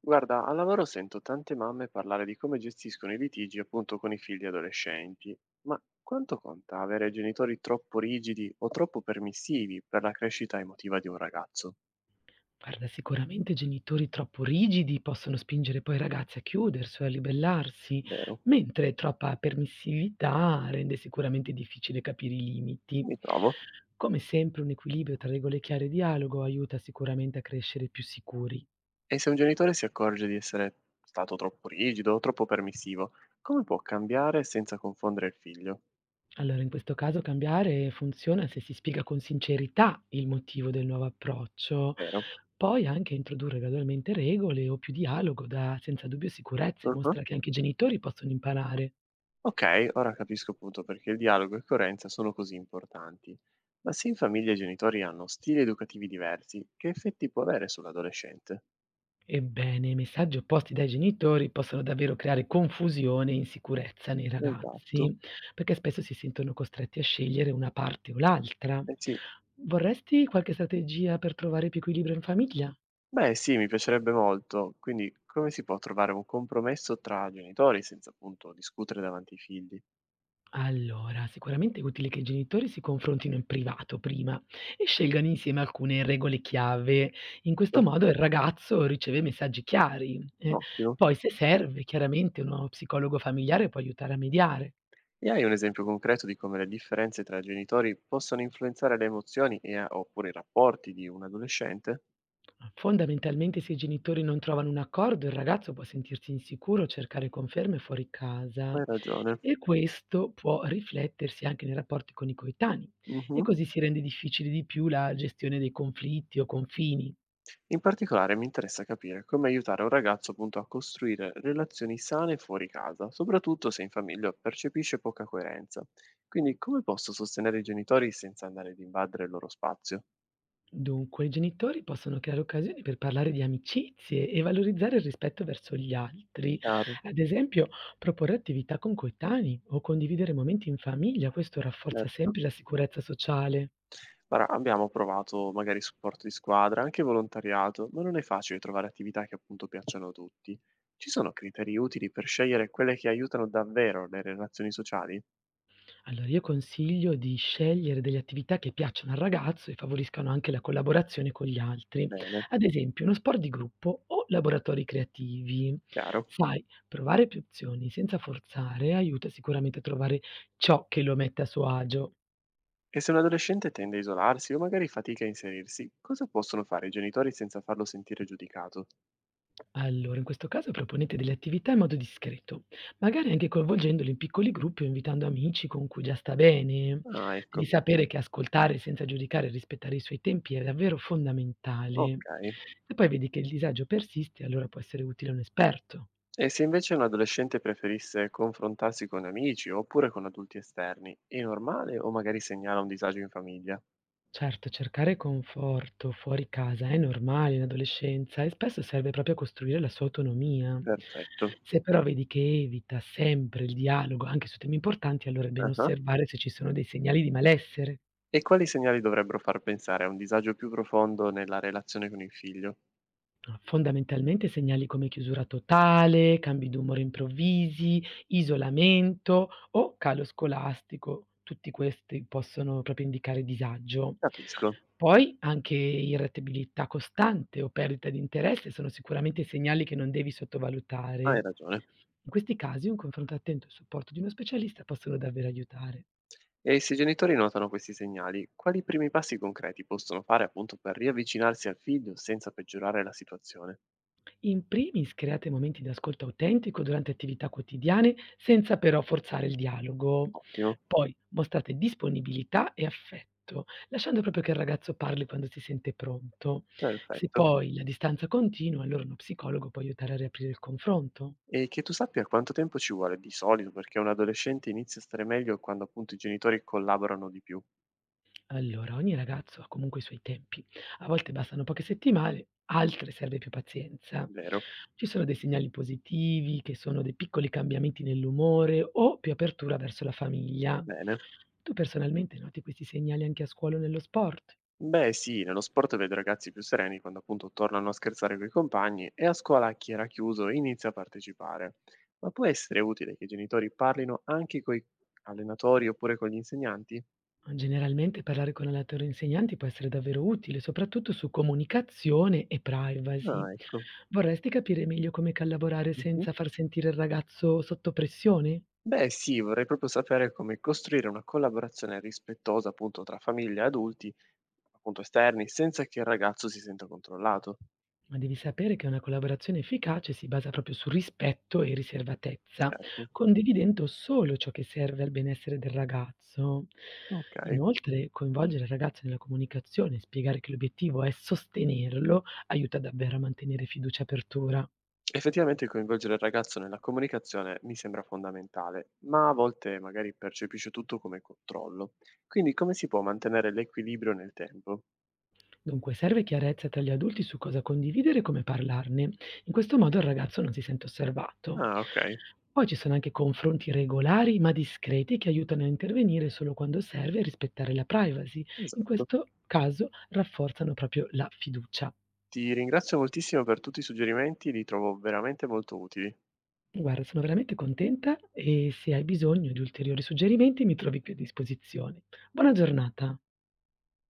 Guarda, al lavoro sento tante mamme parlare di come gestiscono i litigi appunto con i figli adolescenti, ma quanto conta avere genitori troppo rigidi o troppo permissivi per la crescita emotiva di un ragazzo? Guarda, sicuramente genitori troppo rigidi possono spingere poi i ragazzi a chiudersi o a ribellarsi, Vero? mentre troppa permissività rende sicuramente difficile capire i limiti. Mi trovo. Come sempre, un equilibrio tra regole chiare e dialogo aiuta sicuramente a crescere più sicuri. E se un genitore si accorge di essere stato troppo rigido o troppo permissivo, come può cambiare senza confondere il figlio? Allora, in questo caso cambiare funziona se si spiega con sincerità il motivo del nuovo approccio, Vero? poi anche introdurre gradualmente regole o più dialogo dà senza dubbio sicurezza e mostra che anche i genitori possono imparare. Ok, ora capisco appunto perché il dialogo e coerenza sono così importanti. Ma se in famiglia i genitori hanno stili educativi diversi, che effetti può avere sull'adolescente? Ebbene, i messaggi opposti dai genitori possono davvero creare confusione e insicurezza nei Esatto. ragazzi, perché spesso si sentono costretti a scegliere una parte o l'altra. Eh sì. Vorresti qualche strategia per trovare più equilibrio in famiglia? Beh sì, mi piacerebbe molto. Quindi come si può trovare un compromesso tra genitori senza appunto discutere davanti ai figli? Allora, sicuramente è utile che i genitori si confrontino in privato prima e scelgano insieme alcune regole chiave. In questo Giusto? modo il ragazzo riceve messaggi chiari. Ottimo. Poi, se serve, chiaramente uno psicologo familiare può aiutare a mediare. E hai un esempio concreto di come le differenze tra genitori possono influenzare le emozioni e, oppure i rapporti di un adolescente? Fondamentalmente se i genitori non trovano un accordo, il ragazzo può sentirsi insicuro, cercare conferme fuori casa Hai ragione. e questo può riflettersi anche nei rapporti con i coetanei e Mhm. così si rende difficile di più la gestione dei conflitti o confini. In particolare mi interessa capire come aiutare un ragazzo appunto a costruire relazioni sane fuori casa, soprattutto se in famiglia percepisce poca coerenza. Quindi come posso sostenere i genitori senza andare ad invadere il loro spazio? Dunque, i genitori possono creare occasioni per parlare di amicizie e valorizzare il rispetto verso gli altri, Chiaro, ad esempio proporre attività con coetanei o condividere momenti in famiglia, questo rafforza certo. sempre la sicurezza sociale. Guarda, abbiamo provato magari supporto di squadra, anche volontariato, ma non è facile trovare attività che appunto piacciono a tutti. Ci sono criteri utili per scegliere quelle che aiutano davvero le relazioni sociali? Allora io consiglio di scegliere delle attività che piacciono al ragazzo e favoriscano anche la collaborazione con gli altri, Bene, ad esempio uno sport di gruppo o laboratori creativi. chiaro. Sai, provare più opzioni senza forzare aiuta sicuramente a trovare ciò che lo mette a suo agio. E se un adolescente tende a isolarsi o magari fatica a inserirsi, cosa possono fare i genitori senza farlo sentire giudicato? Allora, in questo caso proponete delle attività in modo discreto, magari anche coinvolgendoli in piccoli gruppi o invitando amici con cui già sta bene. Ah, Devi ecco, sapere che ascoltare senza giudicare e rispettare i suoi tempi è davvero ok. fondamentale. Se poi vedi che il disagio persiste, allora può essere utile un esperto. E se invece un adolescente preferisse confrontarsi con amici oppure con adulti esterni, è normale o magari segnala un disagio in famiglia? Certo, cercare conforto fuori casa è normale in adolescenza e spesso serve proprio a costruire la sua autonomia. Perfetto. Se però vedi che evita sempre il dialogo, anche su temi importanti, allora è bene Ah. osservare se ci sono dei segnali di malessere. E quali segnali dovrebbero far pensare a un disagio più profondo nella relazione con il figlio? Fondamentalmente segnali come chiusura totale, cambi d'umore improvvisi, isolamento o calo scolastico, tutti questi possono proprio indicare disagio. Capisco, Poi anche irritabilità costante o perdita di interesse sono sicuramente segnali che non devi hai sottovalutare. ragione. In questi casi un confronto attento e il supporto di uno specialista possono davvero aiutare. E se i genitori notano questi segnali, quali primi passi concreti possono fare appunto per riavvicinarsi al figlio senza peggiorare la situazione? In primis create momenti di ascolto autentico durante attività quotidiane senza però forzare il dialogo. Ottimo, Poi mostrate disponibilità e affetto, lasciando proprio che il ragazzo parli quando si sente pronto. Se perfetto. poi la distanza continua, allora uno psicologo può aiutare a riaprire il confronto. E che tu sappia quanto tempo ci vuole di solito perché un adolescente inizia a stare meglio quando appunto i genitori collaborano di più, Allora, ogni ragazzo ha comunque i suoi tempi. A volte bastano poche settimane, altre serve più pazienza. vero? Ci sono dei segnali positivi, che sono dei piccoli cambiamenti nell'umore o più apertura verso la famiglia. Bene. Tu personalmente noti questi segnali anche a scuola o nello sport? Beh sì, nello sport vedo ragazzi più sereni quando appunto tornano a scherzare con i compagni e a scuola chi era chiuso inizia a partecipare. Ma può essere utile che i genitori parlino anche con i allenatori oppure con gli insegnanti? Generalmente parlare con la loro insegnanti può essere davvero utile, soprattutto su comunicazione e privacy. Ah, ecco. Vorresti capire meglio come collaborare Mh-mh. senza far sentire il ragazzo sotto pressione? Beh sì, vorrei proprio sapere come costruire una collaborazione rispettosa, appunto, tra famiglia e adulti, appunto esterni, senza che il ragazzo si senta controllato. Ma devi sapere che una collaborazione efficace si basa proprio sul rispetto e riservatezza, Certo. condividendo solo ciò che serve al benessere del ragazzo. Okay. Inoltre, coinvolgere il ragazzo nella comunicazione e spiegare che l'obiettivo è sostenerlo aiuta davvero a mantenere fiducia e apertura. Effettivamente coinvolgere il ragazzo nella comunicazione mi sembra fondamentale, ma a volte magari percepisce tutto come controllo. Quindi come si può mantenere l'equilibrio nel tempo? Dunque, serve chiarezza tra gli adulti su cosa condividere e come parlarne. In questo modo il ragazzo non si sente osservato. Ah, okay, Poi ci sono anche confronti regolari ma discreti che aiutano a intervenire solo quando serve e rispettare la privacy. In esatto. questo caso rafforzano proprio la fiducia. Ti ringrazio moltissimo per tutti i suggerimenti, li trovo veramente molto utili. Guarda, sono veramente contenta e se hai bisogno di ulteriori suggerimenti mi trovi qui a disposizione. Buona giornata.